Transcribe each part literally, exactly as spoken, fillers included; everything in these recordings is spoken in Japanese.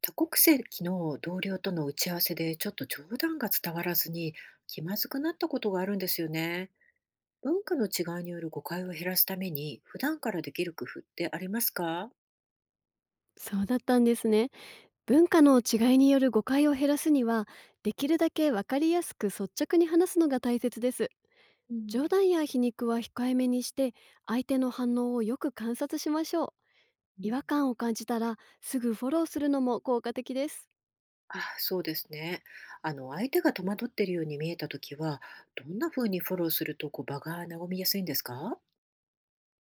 多国籍の同僚との打ち合わせでちょっと冗談が伝わらずに気まずくなったことがあるんですよね。文化の違いによる誤解を減らすために普段からできる工夫ってありますか？そうだったんですね。文化の違いによる誤解を減らすには、できるだけわかりやすく率直に話すのが大切です。うん、冗談や皮肉は控えめにして、相手の反応をよく観察しましょう。う違ん、和感を感じたら、すぐフォローするのも効果的です。あ、そうですね。あの相手が戸惑っているように見えた時はどんな風にフォローするとこう場が和みやすいんですか？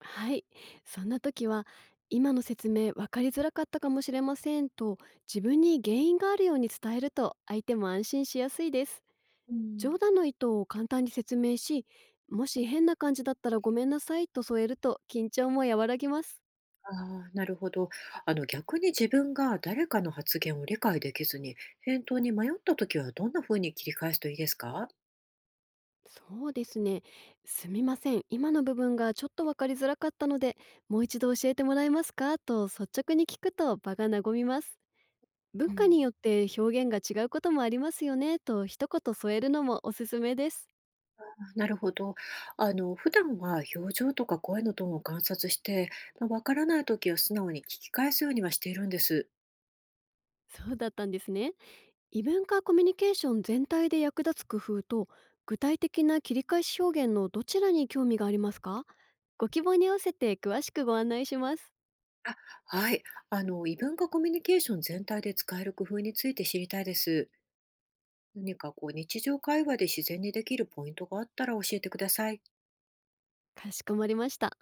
はい。そんな時は、今の説明わかりづらかったかもしれませんと、自分に原因があるように伝えると、相手も安心しやすいです。うん。冗談の意図を簡単に説明し、もし変な感じだったらごめんなさいと添えると緊張も和らぎます。あー、なるほど。あの逆に自分が誰かの発言を理解できずに返答に迷った時はどんな風に切り返すといいですか？そうですね。すみません。今の部分がちょっとわかりづらかったので、もう一度教えてもらえますかと率直に聞くと場が和みます。文う化ん、によって表現が違うこともありますよねと一言添えるのもおすすめです。あ、なるほど。あの、普段は表情とか声のトーンを観察して、まあ、わからない時は素直に聞き返すようにはしているんです。そうだったんですね。異文化コミュニケーション全体で役立つ工夫と具体的な切り返し表現のどちらに興味がありますか？ご希望に合わせて詳しくご案内します。あ、はい。あの、異文化コミュニケーション全体で使える工夫について知りたいです。何かこう、日常会話で自然にできるポイントがあったら教えてください。かしこまりました。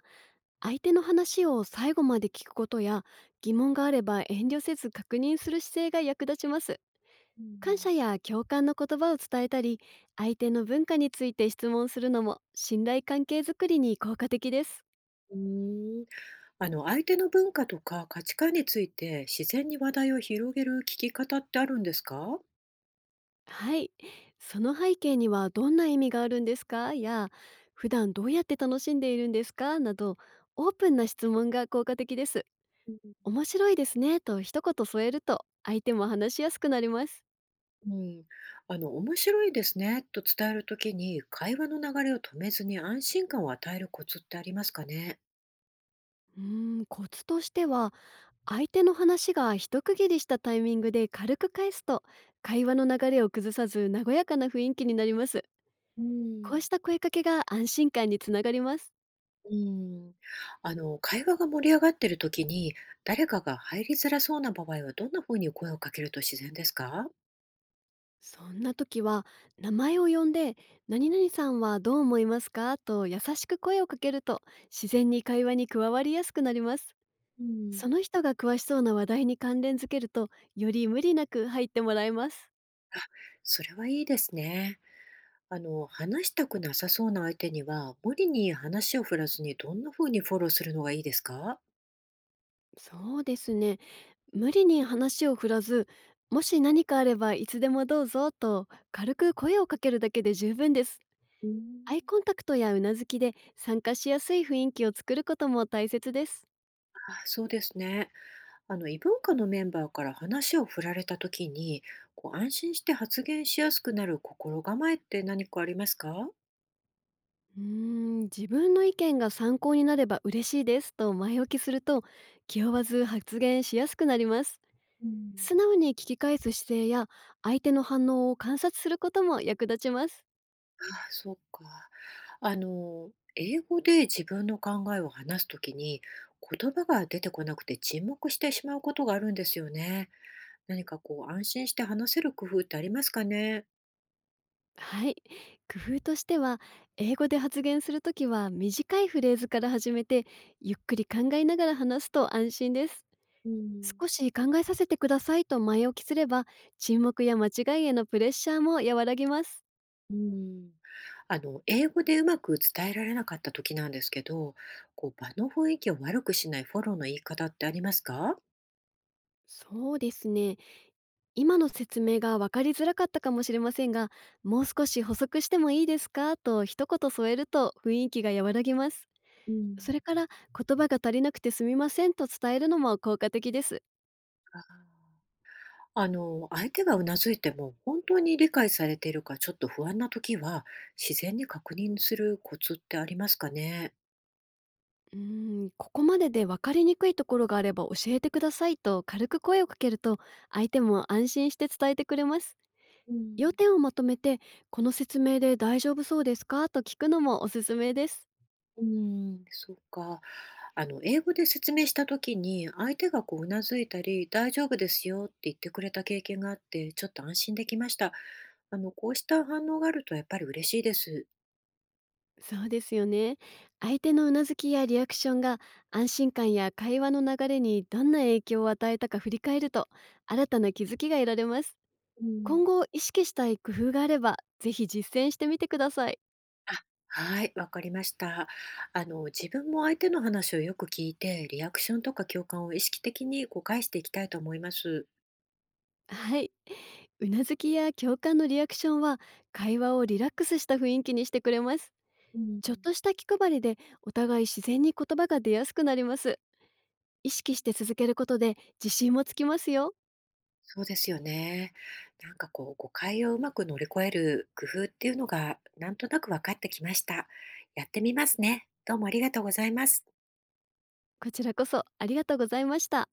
相手の話を最後まで聞くことや、疑問があれば遠慮せず確認する姿勢が役立ちます。う感謝ん、や共感の言葉を伝えたり、相手の文化について質問するのも信頼関係づくりに効果的です。うーん。あの、相手の文化とか価値観について自然に話題を広げる聞き方ってあるんですか？はい。その背景にはどんな意味があるんですかや、普段どうやって楽しんでいるんですかなど、オープンな質問が効果的です。面白いですねと一言添えると相手も話しやすくなります。うん、あの、面白いですねと伝えるときに、会話の流れを止めずに安心感を与えるコツってありますかね。うーん、コツとしては、相手の話が一区切りしたタイミングで軽く返すと、会話の流れを崩さず和やかな雰囲気になります。うこうん。した声かけが安心感につながります。うん、あの、会話が盛り上がっているときに、誰かが入りづらそうな場合は、どんな風に声をかけると自然ですか？そんな時は、名前を呼んで「何々さんはどう思いますか?」と優しく声をかけると、自然に会話に加わりやすくなります。うん。その人が詳しそうな話題に関連づけると、より無理なく入ってもらえます。あ、それはいいですね。あの、話したくなさそうな相手には、無理に話を振らずに、どんな風にフォローするのがいいですか？そうですね。無理に話を振らず、もし何かあればいつでもどうぞと軽く声をかけるだけで十分です。うん。アイコンタクトやうなずきで参加しやすい雰囲気を作ることも大切です。あ、そうですね。あの異文化のメンバーから話を振られた時にこう安心して発言しやすくなる心構えって何かありますかあ？うーん、自分の意見が参考になれば嬉しいですと前置きすると、気負わず発言しやすくなります。うん、素直に聞き返す姿勢や、相手の反応を観察することも役立ちます。あ、そうか。あの英語で自分の考えを話す時に言葉が出てこなくて沈黙してしまうことがあるんですよね。何かこう安心して話せる工夫ってありますかね？はい。工夫としては、英語で発言するときは短いフレーズから始めて、ゆっくり考えながら話すと安心です。うん、少し考えさせてくださいと前置きすれば、沈黙や間違いへのプレッシャーも和らぎます。うん。あの、英語でうまく伝えられなかった時なんですけど、こう場の雰囲気を悪くしないフォローの言い方ってありますか？そうですね。今の説明が分かりづらかったかもしれませんが、もう少し補足してもいいですかと一言添えると雰囲気が和らぎます。うそん。れから、言葉が足りなくてすみませんと伝えるのも効果的です。あ。あの、相手がうなずいても、本当に理解されているかちょっと不安な時は、自然に確認するコツってありますかね？うーん、ここまでで分かりにくいところがあれば教えてくださいと軽く声をかけると、相手も安心して伝えてくれます。う要ん。点をまとめて、この説明で大丈夫そうですかと聞くのもおすすめです。うーん、そうか。あの、英語で説明した時に、相手がこううなずいたり、大丈夫ですよって言ってくれた経験があって、ちょっと安心できました。あの、こうした反応があるとやっぱり嬉しいです。そうですよね。相手のうなずきやリアクションが安心感や会話の流れにどんな影響を与えたか振り返ると、新たな気づきが得られます。うん、今後意識したい工夫があればぜひ実践してみてください。あ、はい、わかりました。あの、自分も相手の話をよく聞いて、リアクションとか共感を意識的にこう返していきたいと思います。はい。うなずきや共感のリアクションは、会話をリラックスした雰囲気にしてくれます。うん、ちょっとした気配りでお互い自然に言葉が出やすくなります。意識して続けることで自信もつきますよ。そうですよね。なんかこう、誤解をうまく乗り越える工夫っていうのが、なんとなく分かってきました。やってみますね。どうもありがとうございます。こちらこそありがとうございました。